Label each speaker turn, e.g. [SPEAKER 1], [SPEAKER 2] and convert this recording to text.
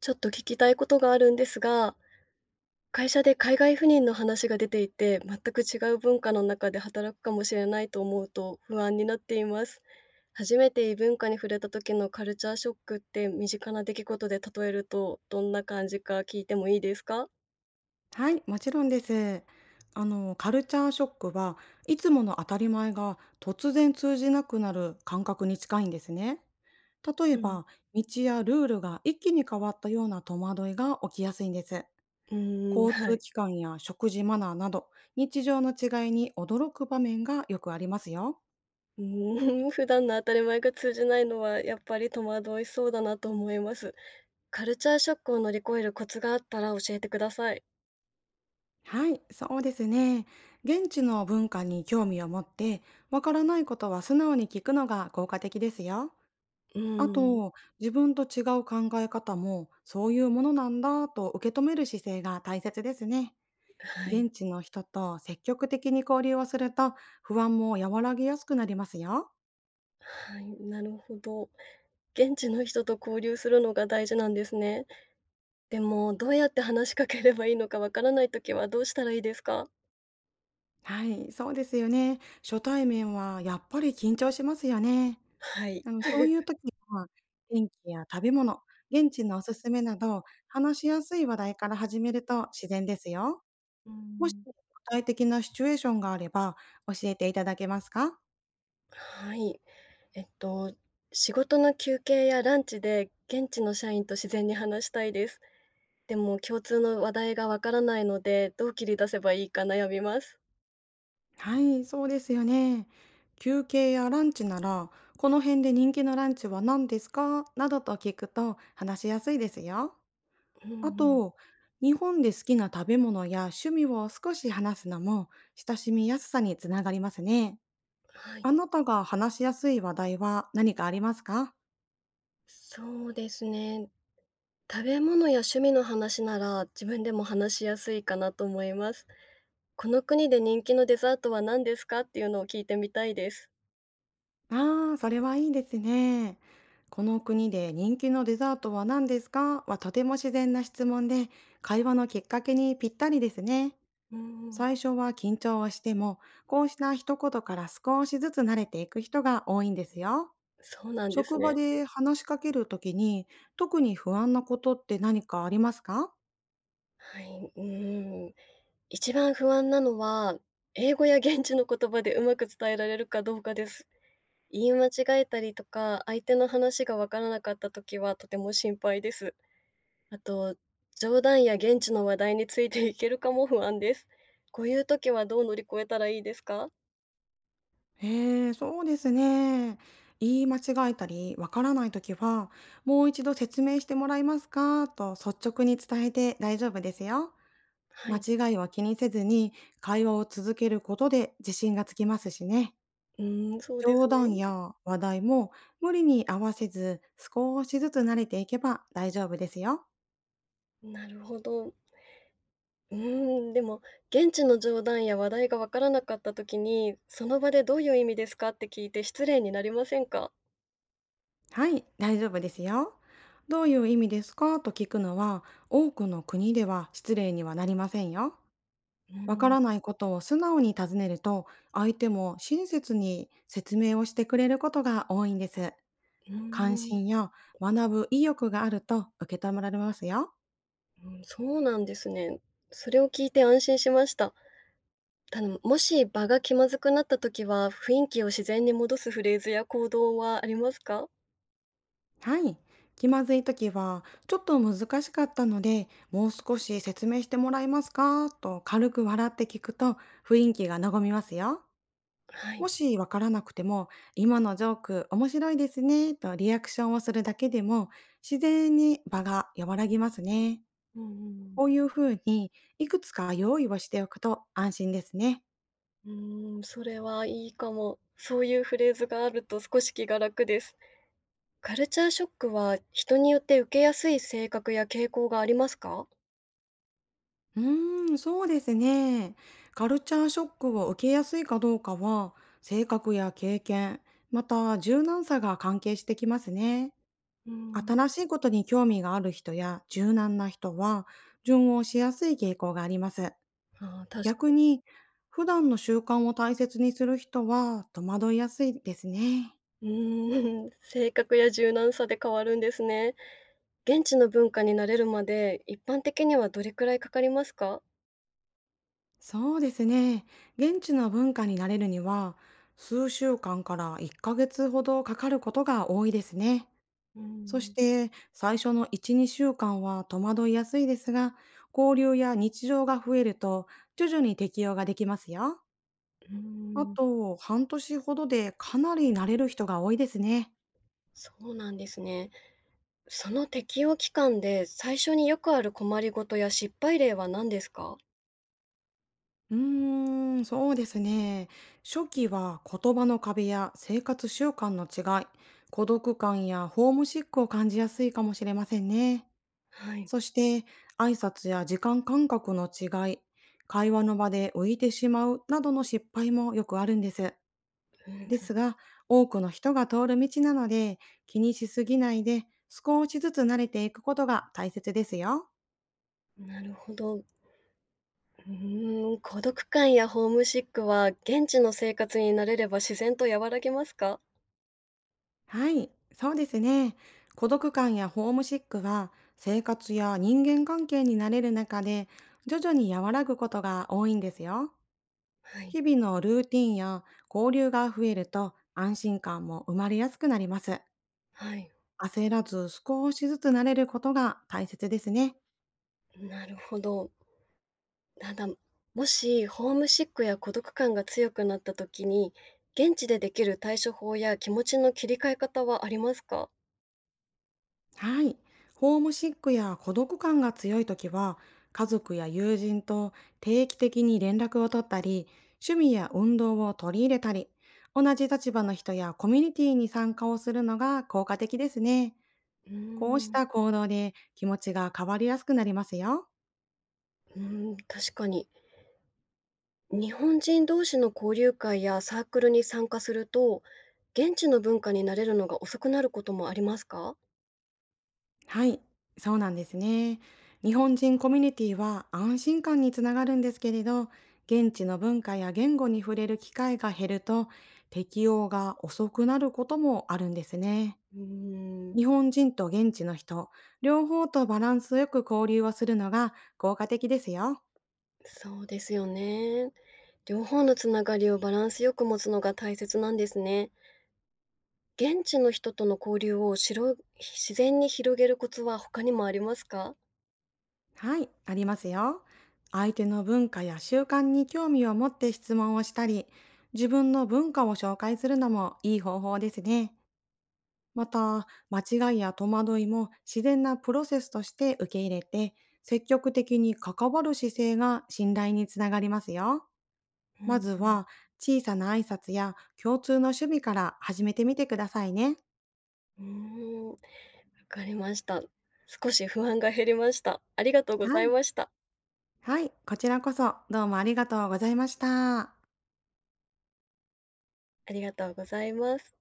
[SPEAKER 1] ちょっと聞きたいことがあるんですが、会社で海外赴任の話が出ていて、全く違う文化の中で働くかもしれないと思うと不安になっています。初めて異文化に触れた時のカルチャーショックって身近な出来事で例えるとどんな感じか聞いてもいいですか？
[SPEAKER 2] はい、もちろんです。カルチャーショックはいつもの当たり前が突然通じなくなる感覚に近いんですね。例え
[SPEAKER 1] うん。
[SPEAKER 2] ば、道やルールが一気に変わったような戸惑いが起きやすいんです。
[SPEAKER 1] うーん、
[SPEAKER 2] 交
[SPEAKER 1] は
[SPEAKER 2] 通
[SPEAKER 1] い。
[SPEAKER 2] 機関や食事マナーなど、日常の違いに驚く場面がよくありますよ。
[SPEAKER 1] うーん、普段の当たり前が通じないのはやっぱり戸惑いそうだなと思います。カルチャーショックを乗り越えるコツがあったら教えてください。
[SPEAKER 2] はい、そうですね。現地の文化に興味を持って、わからないことは素直に聞くのが効果的ですよ。
[SPEAKER 1] う
[SPEAKER 2] あ
[SPEAKER 1] ーん、
[SPEAKER 2] と、自分と違う考え方も、そういうものなんだと受け止める姿勢が大切ですね。
[SPEAKER 1] はい。
[SPEAKER 2] 現地の人と積極的に交流をすると、不安も和らぎやすくなりますよ。
[SPEAKER 1] はい、なるほど。現地の人と交流するのが大事なんですね。でも、どうやって話しかければいいのかわからないときはどうしたらいいですか？
[SPEAKER 2] はい、そうですよね。初対面はやっぱり緊張しますよね。
[SPEAKER 1] はい。
[SPEAKER 2] そういう時は、天気や食べ物、現地のおすすめなど、話しやすい話題から始めると自然ですよ。
[SPEAKER 1] う
[SPEAKER 2] もし
[SPEAKER 1] ん。
[SPEAKER 2] 具体的なシチュエーションがあれば教えていただけますか？
[SPEAKER 1] はい。えっと、仕事の休憩やランチで現地の社員と自然に話したいです。でも、共通の話題がわからないので、どう切り出せばいいか悩みます。
[SPEAKER 2] はい、そうですよね。休憩やランチなら、この辺で人気のランチは何ですかなどと聞くと話しやすいですよ。
[SPEAKER 1] うん
[SPEAKER 2] あ
[SPEAKER 1] うん。
[SPEAKER 2] と、日本で好きな食べ物や趣味を少し話すのも親しみやすさにつながりますね。
[SPEAKER 1] はい。
[SPEAKER 2] あなたが話しやすい話題は何かありますか？
[SPEAKER 1] そうですね。食べ物や趣味の話なら自分でも話しやすいかなと思います。この国で人気のデザートは何ですか？っていうのを聞いてみたいです。
[SPEAKER 2] ああ、それはいいですね。この国で人気のデザートは何ですかはとても自然な質問で、会話のきっかけにぴったりですね。
[SPEAKER 1] うんん。
[SPEAKER 2] 最初は緊張をしても、こうした一言から少しずつ慣れていく人が多いんですよ。
[SPEAKER 1] そうなんです
[SPEAKER 2] 職場
[SPEAKER 1] ね。
[SPEAKER 2] で話しかけるときに、特に不安なことって何かありますか？
[SPEAKER 1] はい、うーん。一番不安なのは、英語や現地の言葉でうまく伝えられるかどうかです。言い間違えたりとか、相手の話がわからなかった時はとても心配です。あと、冗談や現地の話題についていけるかも不安です。こういう時はどう乗り越えたらいいですか？
[SPEAKER 2] へえ、そうですね。言い間違えたり、わからないときは、もう一度説明してもらえますかと率直に伝えて大丈夫ですよ。
[SPEAKER 1] は
[SPEAKER 2] 間
[SPEAKER 1] い。
[SPEAKER 2] 違いは気にせずに、会話を続けることで自信がつきますしね。
[SPEAKER 1] うーん、そうで
[SPEAKER 2] 冗
[SPEAKER 1] す
[SPEAKER 2] 談
[SPEAKER 1] ね。
[SPEAKER 2] や話題も無理に合わせず少しずつ慣れていけば大丈夫ですよ。
[SPEAKER 1] なるほど。うーん、でも、現地の冗談や話題がわからなかった時に、その場でどういう意味ですかって聞いて失礼になりませんか？
[SPEAKER 2] はい、大丈夫ですよ。どういう意味ですかと聞くのは多くの国では失礼にはなりませんよ。
[SPEAKER 1] うー
[SPEAKER 2] わか
[SPEAKER 1] ん、う
[SPEAKER 2] らないことを素直に尋ねると相手も親切に説明をしてくれることが多いんです。
[SPEAKER 1] ー
[SPEAKER 2] 関
[SPEAKER 1] ん、
[SPEAKER 2] 心や学ぶ意欲があると受け止められますよ。
[SPEAKER 1] うん、そうなんですね。それを聞いて安心しました。たのもし場が気まずくなった時は、雰囲気を自然に戻すフレーズや行動はありますか？
[SPEAKER 2] はい。気まずい時は、ちょっと難しかったので、もう少し説明してもらえますかと軽く笑って聞くと雰囲気が和みますよ。
[SPEAKER 1] はい。
[SPEAKER 2] もしわからなくても、今のジョーク面白いですねとリアクションをするだけでも、自然に場が和らぎますね。
[SPEAKER 1] うんうんうん。
[SPEAKER 2] こういうふうに、いくつか用意をしておくと安心ですね。
[SPEAKER 1] うーん、それはいいかも。そういうフレーズがあると少し気が楽です。カルチャーショックは、人によって受けやすい性格や傾向がありますか？
[SPEAKER 2] そうですね。カルチャーショックを受けやすいかどうかは、性格や経験、また柔軟さが関係してきますね。
[SPEAKER 1] うーん。
[SPEAKER 2] 新しいことに興味がある人や柔軟な人は、順応しやすい傾向があります。
[SPEAKER 1] ああ、確かに。
[SPEAKER 2] 逆に、普段の習慣を大切にする人は戸惑いやすいですね。
[SPEAKER 1] うーん、性格や柔軟さで変わるんですね。現地の文化に慣れるまで、一般的にはどれくらいかかりますか？
[SPEAKER 2] そうですね。現地の文化に慣れるには、数週間から1ヶ月ほどかかることが多いですね。
[SPEAKER 1] うー
[SPEAKER 2] そし
[SPEAKER 1] ん。
[SPEAKER 2] て最初の1、2週間は戸惑いやすいですが、交流や日常が増えると徐々に適用ができますよ。
[SPEAKER 1] うー
[SPEAKER 2] あ
[SPEAKER 1] ん、
[SPEAKER 2] と半年ほどでかなり慣れる人が多いですね。
[SPEAKER 1] そうなんですね。その適応期間で、最初によくある困りごとや失敗例は何ですか？
[SPEAKER 2] そうですね。初期は言葉の壁や生活習慣の違い、孤独感やホームシックを感じやすいかもしれませんね。
[SPEAKER 1] はい、
[SPEAKER 2] そして挨拶や時間感覚の違い、会話の場で浮いてしまうなどの失敗もよくあるんです。で
[SPEAKER 1] う
[SPEAKER 2] すが、多くの人が通る道なので、気にしすぎないで、少しずつ慣れていくことが大切ですよ。
[SPEAKER 1] ん、なるほど。うーん、孤独感やホームシックは、現地の生活に慣れれば自然と和らぎますか？
[SPEAKER 2] はい、そうですね。孤独感やホームシックは、生活や人間関係に慣れる中で、徐々に和らぐことが多いんですよ。
[SPEAKER 1] はい、
[SPEAKER 2] 日々のルーティンや交流が増えると、安心感も生まれやすくなります。
[SPEAKER 1] はい、
[SPEAKER 2] 焦らず少しずつ慣れることが大切ですね。
[SPEAKER 1] なるほど。ただ、もしホームシックや孤独感が強くなった時に、現地でできる対処法や気持ちの切り替え方はありますか？
[SPEAKER 2] はい。ホームシックや孤独感が強い時は、家族や友人と定期的に連絡を取ったり、趣味や運動を取り入れたり、同じ立場の人やコミュニティに参加をするのが効果的ですね。
[SPEAKER 1] うー
[SPEAKER 2] こうし
[SPEAKER 1] ん、
[SPEAKER 2] た行動で気持ちが変わりやすくなりますよ。
[SPEAKER 1] うーん、確かに。日本人同士の交流会やサークルに参加すると、現地の文化に慣れるのが遅くなることもありますか？
[SPEAKER 2] はい、そうなんですね。日本人コミュニティは安心感につながるんですけれど、現地の文化や言語に触れる機会が減ると、適応が遅くなることもあるんですね。
[SPEAKER 1] うーん、
[SPEAKER 2] 日本人と現地の人、両方とバランスよく交流をするのが効果的ですよ。
[SPEAKER 1] そうですよね。両方のつながりをバランスよく持つのが大切なんですね。現地の人との交流をしろ自然に広げるコツは他にもありますか？
[SPEAKER 2] はい、ありますよ。相手の文化や習慣に興味を持って質問をしたり、自分の文化を紹介するのもいい方法ですね。また、間違いや戸惑いも自然なプロセスとして受け入れて、積極的に関わる姿勢が信頼につながりますよ。
[SPEAKER 1] うん
[SPEAKER 2] まず
[SPEAKER 1] うん。
[SPEAKER 2] は、小さな挨拶や共通の趣味から始めてみてくださいね。
[SPEAKER 1] うーん、わかりました。少し不安が減りました。ありがとうご
[SPEAKER 2] は
[SPEAKER 1] ざい
[SPEAKER 2] い。
[SPEAKER 1] ました。
[SPEAKER 2] はい。こちらこそ、どうもありがとうございました。
[SPEAKER 1] ありがとうございます。